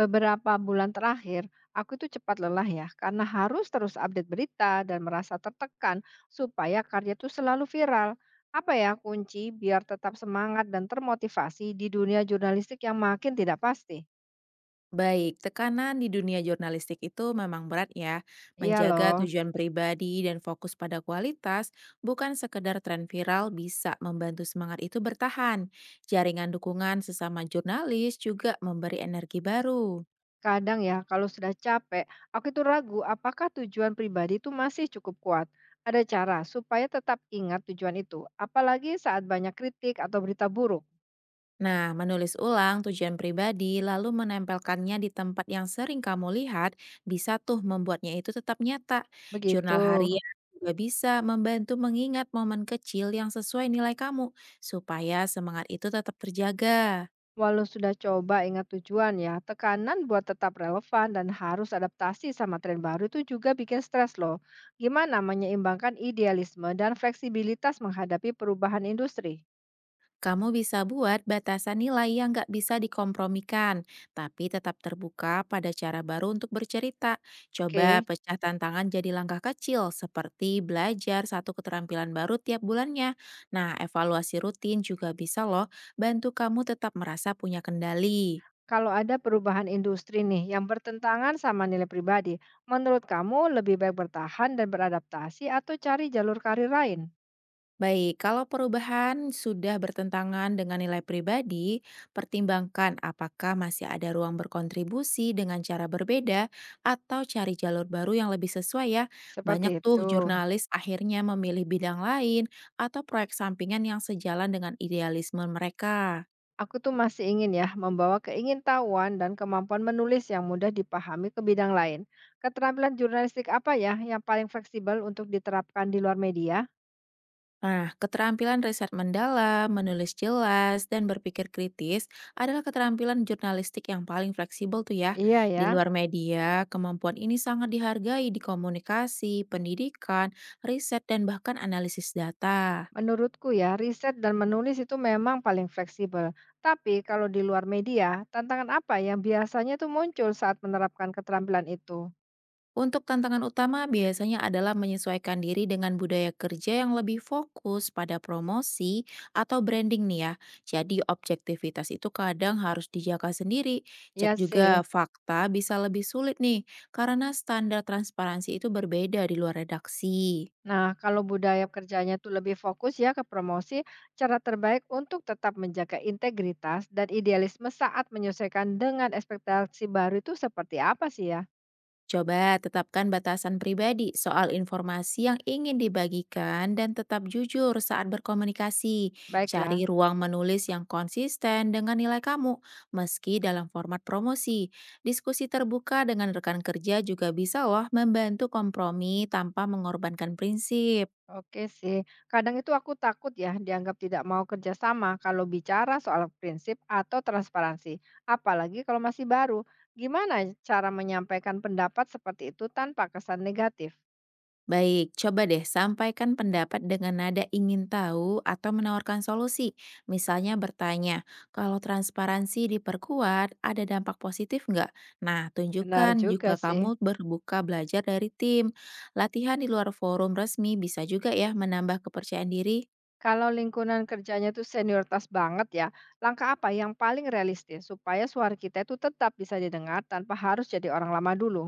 Beberapa bulan terakhir, aku itu cepat lelah ya, karena harus terus update berita dan merasa tertekan supaya karya itu selalu viral. Apa ya kunci biar tetap semangat dan termotivasi di dunia jurnalistik yang makin tidak pasti? Baik, tekanan di dunia jurnalistik itu memang berat ya. Iya Menjaga loh, tujuan pribadi dan fokus pada kualitas, bukan sekedar tren viral bisa membantu semangat itu bertahan. Jaringan dukungan sesama jurnalis juga memberi energi baru. kadang ya kalau sudah capek, aku itu ragu apakah tujuan pribadi itu masih cukup kuat. Ada cara supaya tetap ingat tujuan itu, apalagi saat banyak kritik atau berita buruk. Nah, menulis ulang tujuan pribadi lalu menempelkannya di tempat yang sering kamu lihat bisa tuh membuatnya itu tetap nyata. Begitu. Jurnal harian juga bisa membantu mengingat momen kecil yang sesuai nilai kamu supaya semangat itu tetap terjaga. Walau sudah coba ingat tujuan ya, tekanan buat tetap relevan dan harus adaptasi sama tren baru itu juga bikin stres loh. Gimana menyeimbangkan idealisme dan fleksibilitas menghadapi perubahan industri? Kamu bisa buat batasan nilai yang nggak bisa dikompromikan, tapi tetap terbuka pada cara baru untuk bercerita. Coba Oke, pecah tantangan jadi langkah kecil, seperti belajar satu keterampilan baru tiap bulannya. Nah, evaluasi rutin juga bisa loh bantu kamu tetap merasa punya kendali. kalau ada perubahan industri nih yang bertentangan sama nilai pribadi, menurut kamu lebih baik bertahan dan beradaptasi atau cari jalur karir lain? Baik, kalau perubahan sudah bertentangan dengan nilai pribadi, pertimbangkan apakah masih ada ruang berkontribusi dengan cara berbeda atau cari jalur baru yang lebih sesuai ya. Seperti Banyak itu. tuh jurnalis akhirnya memilih bidang lain atau proyek sampingan yang sejalan dengan idealisme mereka. Aku tuh masih ingin ya membawa keingintahuan dan kemampuan menulis yang mudah dipahami ke bidang lain. Keterampilan jurnalistik apa ya yang paling fleksibel untuk diterapkan di luar media? Nah, keterampilan riset mendalam, menulis jelas, dan berpikir kritis adalah keterampilan jurnalistik yang paling fleksibel tuh ya. Iya Di ya, luar media, kemampuan ini sangat dihargai di komunikasi, pendidikan, riset, dan bahkan analisis data. menurutku ya riset dan menulis itu memang paling fleksibel. Tapi kalau di luar media, tantangan apa yang biasanya tuh muncul saat menerapkan keterampilan itu? Untuk tantangan utama biasanya adalah menyesuaikan diri dengan budaya kerja yang lebih fokus pada promosi atau branding nih ya. Jadi objektivitas itu kadang harus dijaga sendiri. Cek Iya juga sih. fakta bisa lebih sulit nih karena standar transparansi itu berbeda di luar redaksi. Nah, kalau budaya kerjanya itu lebih fokus ya ke promosi, cara terbaik untuk tetap menjaga integritas dan idealisme saat menyesuaikan dengan ekspektasi baru itu seperti apa sih ya? Coba tetapkan batasan pribadi soal informasi yang ingin dibagikan dan tetap jujur saat berkomunikasi. Baiklah, Cari ruang menulis yang konsisten dengan nilai kamu, meski dalam format promosi. Diskusi terbuka dengan rekan kerja juga bisa loh membantu kompromi tanpa mengorbankan prinsip. oke sih. Kadang itu aku takut ya dianggap tidak mau kerjasama kalau bicara soal prinsip atau transparansi, apalagi kalau masih baru. Gimana cara menyampaikan pendapat seperti itu tanpa kesan negatif? Baik, coba deh sampaikan pendapat dengan nada ingin tahu atau menawarkan solusi. Misalnya bertanya, kalau transparansi diperkuat, ada dampak positif nggak? Nah, Benar tunjukkan juga juga sih. kamu berbuka belajar dari tim. Latihan di luar forum resmi bisa juga ya menambah kepercayaan diri. Kalau lingkungan kerjanya itu senioritas banget ya, langkah apa yang paling realistis supaya suara kita itu tetap bisa didengar tanpa harus jadi orang lama dulu?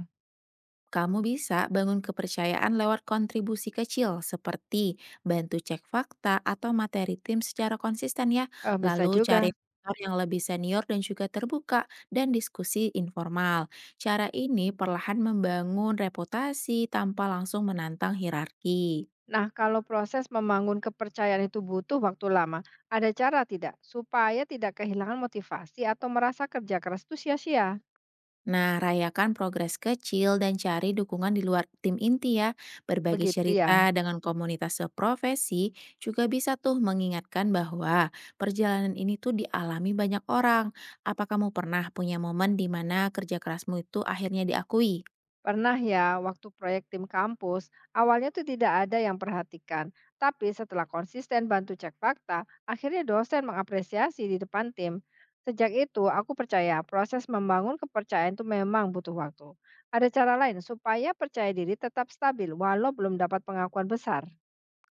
Kamu bisa bangun kepercayaan lewat kontribusi kecil seperti bantu cek fakta atau materi tim secara konsisten ya. Oh, bisa Lalu cari juga. mentor yang lebih senior dan juga terbuka dan diskusi informal. Cara ini perlahan membangun reputasi tanpa langsung menantang hierarki. Nah, kalau proses membangun kepercayaan itu butuh waktu lama, ada cara tidak supaya tidak kehilangan motivasi atau merasa kerja keras itu sia-sia? Nah, rayakan progres kecil dan cari dukungan di luar tim inti ya. Berbagi Begitu cerita ya. dengan komunitas seprofesi juga bisa tuh mengingatkan bahwa perjalanan ini tuh dialami banyak orang. Apa kamu pernah punya momen di mana kerja kerasmu itu akhirnya diakui? Pernah ya, waktu proyek tim kampus, awalnya tuh tidak ada yang perhatikan. Tapi setelah konsisten bantu cek fakta, akhirnya dosen mengapresiasi di depan tim. Sejak itu, aku percaya proses membangun kepercayaan itu memang butuh waktu. Ada cara lain supaya percaya diri tetap stabil walau belum dapat pengakuan besar.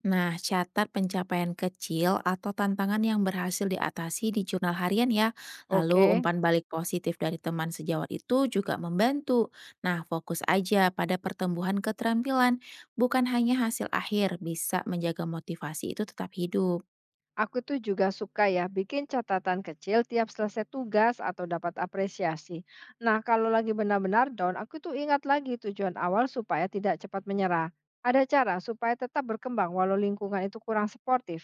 Nah, catat pencapaian kecil atau tantangan yang berhasil diatasi di jurnal harian ya. Lalu Oke. umpan balik positif dari teman sejawat itu juga membantu. Nah, fokus aja pada pertumbuhan keterampilan, bukan hanya hasil akhir bisa menjaga motivasi itu tetap hidup. Aku tuh juga suka ya bikin catatan kecil tiap selesai tugas atau dapat apresiasi. Nah, kalau lagi benar-benar down, aku tuh ingat lagi tujuan awal supaya tidak cepat menyerah. Ada cara supaya tetap berkembang walau lingkungan itu kurang suportif.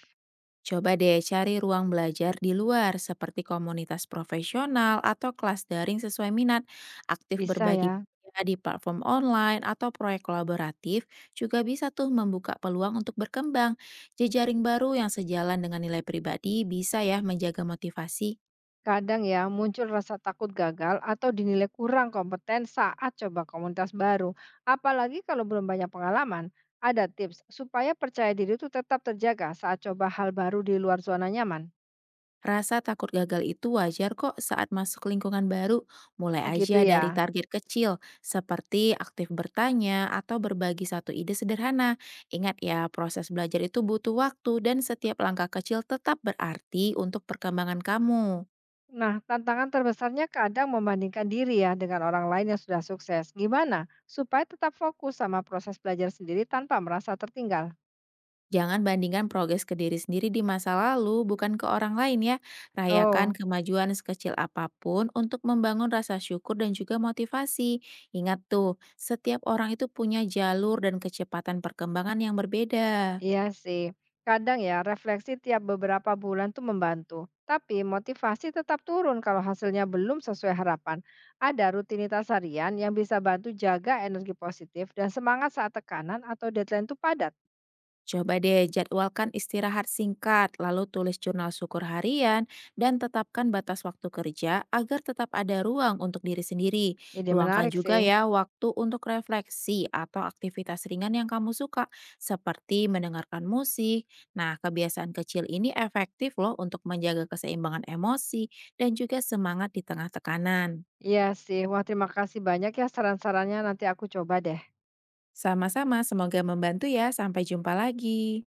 Coba deh cari ruang belajar di luar seperti komunitas profesional atau kelas daring sesuai minat. Aktif Bisa berbagi ya. kerja di platform online atau proyek kolaboratif juga bisa tuh membuka peluang untuk berkembang. Jejaring baru yang sejalan dengan nilai pribadi bisa ya menjaga motivasi. Kadang ya muncul rasa takut gagal atau dinilai kurang kompeten saat coba komunitas baru. Apalagi kalau belum banyak pengalaman. Ada tips supaya percaya diri itu tetap terjaga saat coba hal baru di luar zona nyaman. Rasa takut gagal itu wajar kok saat masuk lingkungan baru. Mulai Begitu aja dari ya. target kecil, seperti aktif bertanya atau berbagi satu ide sederhana. Ingat ya, proses belajar itu butuh waktu dan setiap langkah kecil tetap berarti untuk perkembangan kamu. Nah, tantangan terbesarnya kadang membandingkan diri ya dengan orang lain yang sudah sukses. Gimana supaya tetap fokus sama proses belajar sendiri tanpa merasa tertinggal? Jangan bandingkan progres ke diri sendiri di masa lalu, bukan ke orang lain ya. Rayakan Oh, kemajuan sekecil apapun untuk membangun rasa syukur dan juga motivasi. Ingat tuh, setiap orang itu punya jalur dan kecepatan perkembangan yang berbeda. iya sih. Kadang ya, refleksi tiap beberapa bulan tuh membantu. Tapi motivasi tetap turun kalau hasilnya belum sesuai harapan. Ada rutinitas harian yang bisa bantu jaga energi positif dan semangat saat tekanan atau deadline tuh padat. Coba deh jadwalkan istirahat singkat, lalu tulis jurnal syukur harian, dan tetapkan batas waktu kerja agar tetap ada ruang untuk diri sendiri. Ide Luangkan menarik juga sih. ya waktu untuk refleksi atau aktivitas ringan yang kamu suka, seperti mendengarkan musik. Nah, kebiasaan kecil ini efektif loh untuk menjaga keseimbangan emosi dan juga semangat di tengah tekanan. Iya sih. Wah, terima kasih banyak ya saran-sarannya. Nanti aku coba deh. Sama-sama, semoga membantu ya. Sampai jumpa lagi.